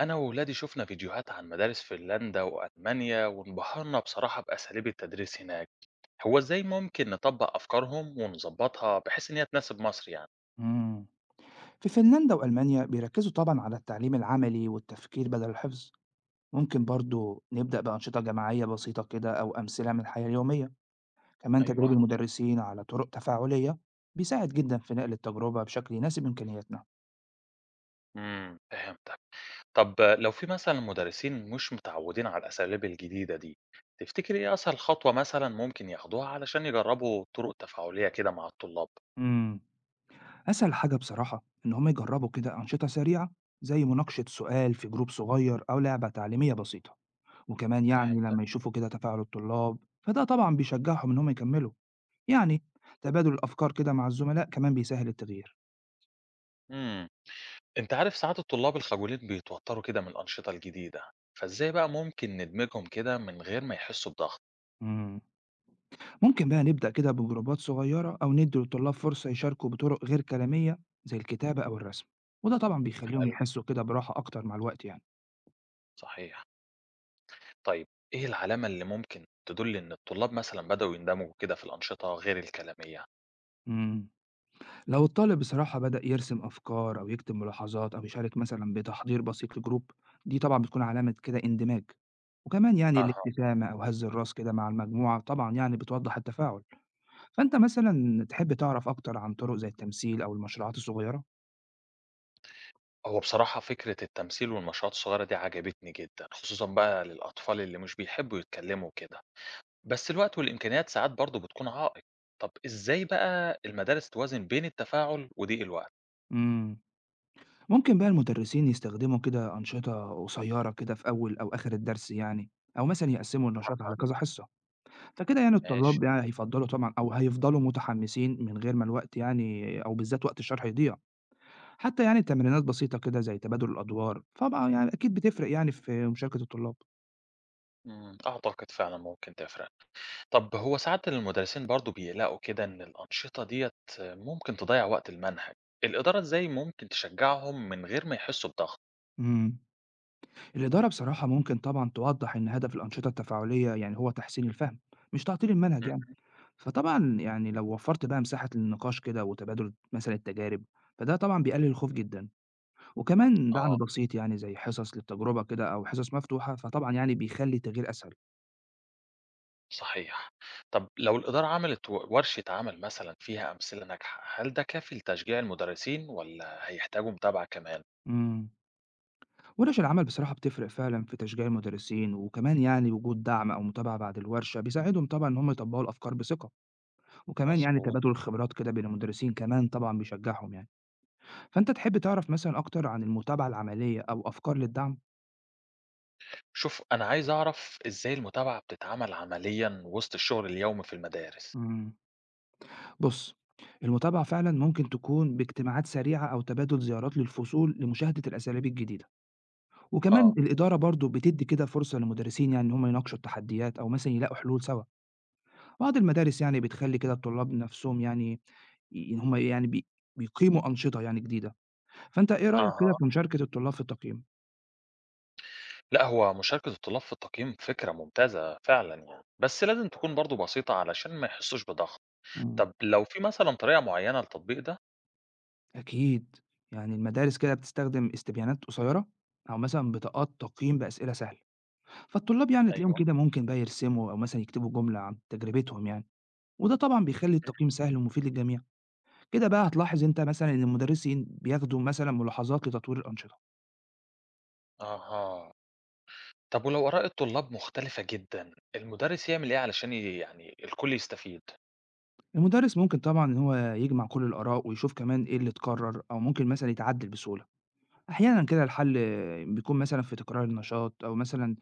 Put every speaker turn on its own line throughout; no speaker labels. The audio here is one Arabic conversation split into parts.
أنا وولادي شفنا فيديوهات عن مدارس فنلندا وألمانيا وانبهرنا بصراحة بأساليب التدريس هناك، هو إزاي ممكن نطبق أفكارهم ونظبطها بحيث إن هي تناسب مصر يعني؟
مم. في فنلندا وألمانيا بيركزوا طبعا على التعليم العملي والتفكير بدل الحفظ. ممكن برضو نبدأ بأنشطة جماعية بسيطة كده أو أمثلة من الحياة اليومية. كمان تدريب
أيوه،
المدرسين على طرق تفاعلية بيساعد جدا في نقل التجربة بشكل يناسب إمكانياتنا.
فهمتك، طب لو في مثلا مدرسين مش متعودين على الأساليب الجديدة دي، تفتكر إيه أسهل خطوة مثلا ممكن ياخدوها علشان يجربوا طرق تفاعلية كده مع الطلاب؟
مم. أسهل حاجة بصراحة إن هم يجربوا كده أنشطة سريعة زي مناقشة سؤال في جروب صغير أو لعبة تعليمية بسيطة، وكمان يعني
فهمتك.
لما يشوفوا كده تفاعل الطلاب فده طبعا بيشجعهم إن هم يكملوا. يعني تبادل الأفكار كده مع الزملاء كمان بيسهل التغيير.
امم أنت عارف ساعات الطلاب الخجولين بيتوتروا كده من الأنشطة الجديدة، فإزاي بقى ممكن ندمجهم كده من غير ما يحسوا بضغط؟
مم. ممكن بقى نبدأ كده بجروبات صغيرة أو ندي للطلاب فرصة يشاركوا بطرق غير كلامية زي الكتابة أو الرسم، وده طبعا بيخليهم
حلو،
يحسوا كده براحة أكتر مع الوقت يعني.
صحيح. طيب إيه العلامة اللي ممكن تدُل إن الطلاب مثلًا بدأوا يندمجوا كده في الأنشطة غير الكلامية؟
مم. لو الطالب بصراحة بدأ يرسم أفكار أو يكتب ملاحظات أو يشارك مثلا بتحضير بسيط لجروب، دي طبعا بتكون علامة كده اندماج، وكمان يعني
أها.
الابتسامة أو هز الراس كده مع المجموعة طبعا يعني بتوضح التفاعل. فأنت مثلًا تحب تعرف أكتر عن طرق زي التمثيل أو المشروعات الصغيرة؟
هو بصراحة فكرة التمثيل والمشروعات الصغيرة دي عجبتني جدًا، خصوصًا بقى للأطفال اللي مش بيحبّوا يتكلّموا وكده، بس الوقت والإمكانيات ساعات برضه بتكون عائق. طب إزاي بقى المدارس توازن بين التفاعل وضيق الوقت؟
إمم، ممكن بقى المدرسين يستخدموا كده أنشطة قصيرة كده في أول أو آخر الدرس يعني، أو مثلًا يقسموا النشاط
أها،
على كذا حصة، فكده يعني
ماشي.
الطلاب يعني هيفضّلوا طبعًا أو هيفضلوا متحمسين من غير ما الوقت يعني أو بالذات وقت الشرح يضيع. حتى يعني تمرينات بسيطة كده زي تبادل الأدوار، طبعًا يعني أكيد بتفرق يعني في مشاركة الطلاب.
أعتقد فعلًا ممكن تفرق. طب هو ساعات المدرسين برضه بيقلقوا كده إن الأنشطة ديّة ممكن تضيّع وقت المنهج، الإدارة إزاي ممكن تشجّعهم من غير ما يحسّوا بضغط؟
إمم، الإدارة بصراحة ممكن طبعًا توضّح إن هدف الأنشطة التفاعلية يعني هو تحسين الفهم، مش تعطيل المنهج
إمم،
يعني. فطبعًا يعني لو وفّرت بقى مساحة للنقاش كده وتبادل مثلًا التجارب، فده طبعًا بيقلل الخوف جدًا، وكمان دعم
آه،
بسيط يعني زي حصص للتجربة كده أو حصص مفتوحة، فطبعًا يعني بيخلّي التغيير أسهل.
صحيح. طب لو الإدارة عملت و ورشة عمل مثلًا فيها أمثلة ناجحة، هل ده كافي لتشجيع المدرسين والّا هيحتاجوا متابعة كمان؟
إمم، ورش العمل بصراحة بتفرق فعلًا في تشجيع المدرسين، وكمان يعني وجود دعم أو متابعة بعد الورشة بيساعدهم طبعًا إن هم يطبّقوا الأفكار بثقة، وكمان يعني
مضبوط.
تبادل الخبرات كده بين المدرسين كمان طبعًا بيشجعهم يعني. فأنت تحب تعرف مثلًا أكتر عن المتابعة العملية أو أفكار للدعم؟
شوف أنا عايز أعرف إزاي المتابعة بتتعمل عمليًا وسط الشغل اليومي في المدارس؟
إمم. بُص، المتابعة فعلًا ممكن تكون باجتماعات سريعة أو تبادل زيارات للفصول لمشاهدة الأساليب الجديدة، وكمان
آه،
الإدارة برضه بتدّي كده فرصة للمدرسين يعني إن هم يناقشوا التحديات أو مثلًا يلاقوا حلول سوا. بعض المدارس يعني بتخلّي كده الطلاب نَفْسهم يعني ي إن هم يعني بي بيقيموا أنشطة يعني جديدة. فأنت إيه رأيك كده
أها.
في مشاركة الطلاب في التقييم؟
لأ، هو مشاركة الطلاب في التقييم فكرة ممتازة فعلًا يعني، بس لازم تكون برضه بسيطة علشان ما يحسّوش بضغط.
إمم،
طَب لو في مثلًا طريقة معيّنة لتطبيق ده؟
أكيد، يعني المدارس كده بتستخدم استبيانات قصيرة أو مثلًا بطاقات تقييم بأسئلة سهلة. فالطلاب يعني تلاقيهم
أيوه.
كده ممكن بقى يرسموا أو مثلًا يكتبوا جملة عن تجربتهم يعني، وده طبعًا بيخلّي
إمم.
التقييم سهل ومفيد للجميع. كده بقى هتلاحظ أنت مثلًا إن المدرسين بياخدوا مثلًا ملاحظات لتطوير الأنشطة.
أها. طَب ولو آراء الطلاب مختلفة جدًا، المُدرِّس يعمل إيه علشان يعني الكل يستفيد؟
المدرس ممكن طبعًا إن هو يجمع كل الآراء ويشوف كمان إيه اللي اتكرر أو ممكن مثلًا يتعدل بسهولة. أحيانًا كده الحل آه، بيكون مثلًا في تكرار النشاط أو مثلًا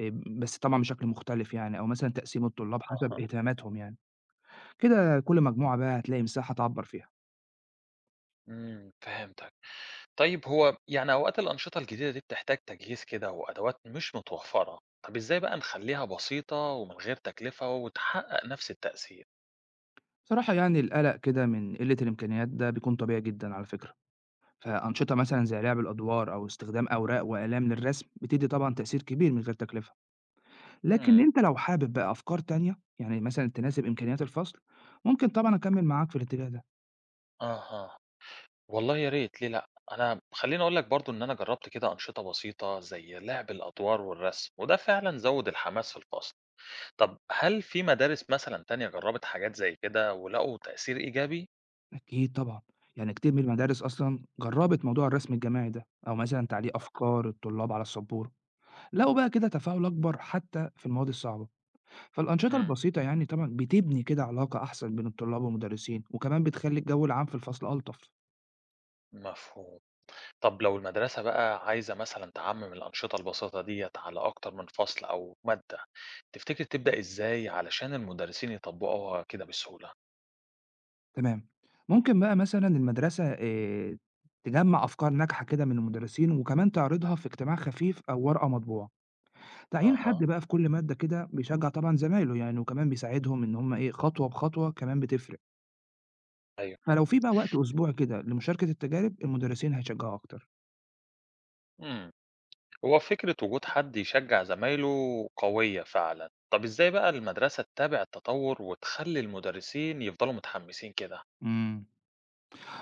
آآ، بس طبعًا بشكل مختلف يعني أو مثلًا تقسيم الطلاب حسب
أها.
اهتماماتهم يعني. كده كل مجموعة بقى هتلاقي مساحة تعبّر فيها.
إمم، فهمتك. طيب هو يعني أوقات الأنشطة الجديدة دي بتحتاج تجهيز كده وأدوات مش متوفّرة، طَب إزاي بقى نخلّيها بسيطة ومن غير تكلفة وتحقق نفس التأثير؟
بصراحة يعني القلق كده من قلة الإمكانيات ده بيكون طبيعي جدًا على فكرة. فأنشطة مثلًا زي لعب الأدوار أو استخدام أوراق وأقلام للرسم بتدي طبعًا تأثير كبير من غير تكلفة. لكن
إمم.
أنت لو حابب بقى أفكار تانية يعني مثلًا تناسب إمكانيات الفصل، ممكن طبعًا أكمل معاك في الاتجاه ده.
أها. والله يا ريت ليه لأ، أنا خلّيني أقول لك برضه إن أنا جرّبت كده أنشطة بسيطة زي لعب الأدوار والرسم، وده فعلًا زوّد الحماس في الفصل. طب هل في مدارس مثلًا تانية جرّبت حاجات زي كده ولقوا تأثير إيجابي؟
أكيد طبعًا، يعني كتير من المدارس أصلًا جربت موضوع الرسم الجماعي ده، أو مثلًا تعليق أفكار الطلاب على السبورة، لقوا بقى كده تفاعل أكبر حتى في المواد الصعبة. فالأنشطة
إمم،
البسيطة يعني طبعًا بتبني كده علاقة أحسن بين الطلاب والمدرسين، وكمان بتخلّي الجو العام في الفصل ألطف.
مفهوم. طب لو المدرسة بقى عايزة مثلًا تعمّم الأنشطة البسيطة ديّة على أكتر من فصل أو مادة، تفتكر تبدأ إزاي علشان المدرسين يطبّقوها كده بسهولة؟
تمام. ممكن بقى مثلًا المدرسة تجمّع أفكار ناجحة كده من المدرسين، وكمان تعرضها في اجتماع خفيف أو ورقة مطبوعة. تعيين حد
أها،
بقى في كل مادة كده بيشجّع طبعًا زمايله يعني، وكمان بيساعدهم إن هم إيه، خطوة بخطوة كمان بتفرق.
أيوه.
فلو في بقى وقت أسبوعي كده لمشاركة التجارب، المدرسين هيشجعوا أكتر.
إمم. هو فكرة وجود حد يشجع زمايله قوية فعلا. طب ازاي بقى المدرسة تتابع التطور وتخلي المدرسين يفضلوا متحمسين كده؟
إمم،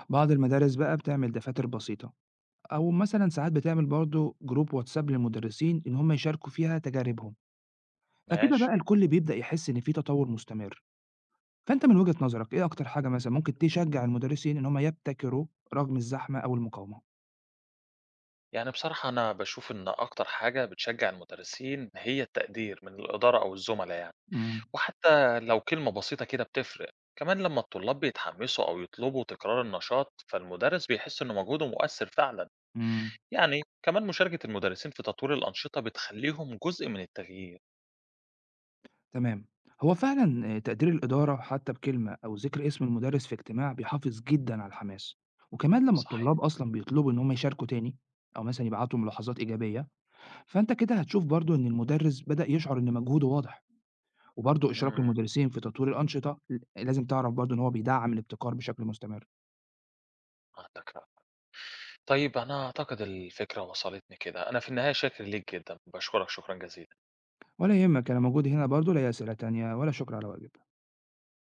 بعض المدارس بقى بتعمل دفاتر بسيطة أو مثلًا ساعات بتعمل برضه جروب واتساب للمدرسين إن هم يشاركوا فيها تجاربهم، فكده
ماشي.
بقى الكل بيبدأ يحس إن في تطور مستمر. فأنت من وجهة نظرك إيه أكتر حاجة مثلًا ممكن تشجع المدرسين إن هم يبتكروا رغم الزحمة أو المقاومة؟
يعني بصراحة أنا بشوف إن أكتر حاجة بتشجع المدرسين هي التقدير من الإدارة أو الزملاء يعني،
إمم،
وحتى لو كلمة بسيطة كده بتفرق. كمان لما الطلاب بيتحمسوا أو يطلبوا تكرار النشاط فالمدرس بيحس إن مجهوده مؤثر فعلا.
إمم،
يعني كمان مشاركة المدرسين في تطوير الأنشطة بتخليهم جزء من التغيير.
تمام. هو فعلًا تقدير الإدارة حتى بكلمة أو ذكر اسم المدرس في اجتماع بيحافظ جدًا على الحماس، وكمان لما
صحيح.
الطلاب أصلًا بيطلبوا إن هم يشاركوا تاني أو مثلًا يبعتوا ملاحظات إيجابية، فأنت كده هتشوف برضه إن المدرس بدأ يشعر إن مجهوده واضح. وبرضه إشراك
امم،
المدرسين في تطوير الأنشطة لازم تعرف برضه إن هو بيدعّم الابتكار بشكل مستمر.
عندك حق. طيب أنا أعتقد الفكرة وصلتني كده، أنا في النهاية شاكر ليك جدًا، باشكرك شكرًا جزيلًا.
ولا يهمك أنا موجود هنا برضه، لا يا سِلة تانية ولا شكر على واجب.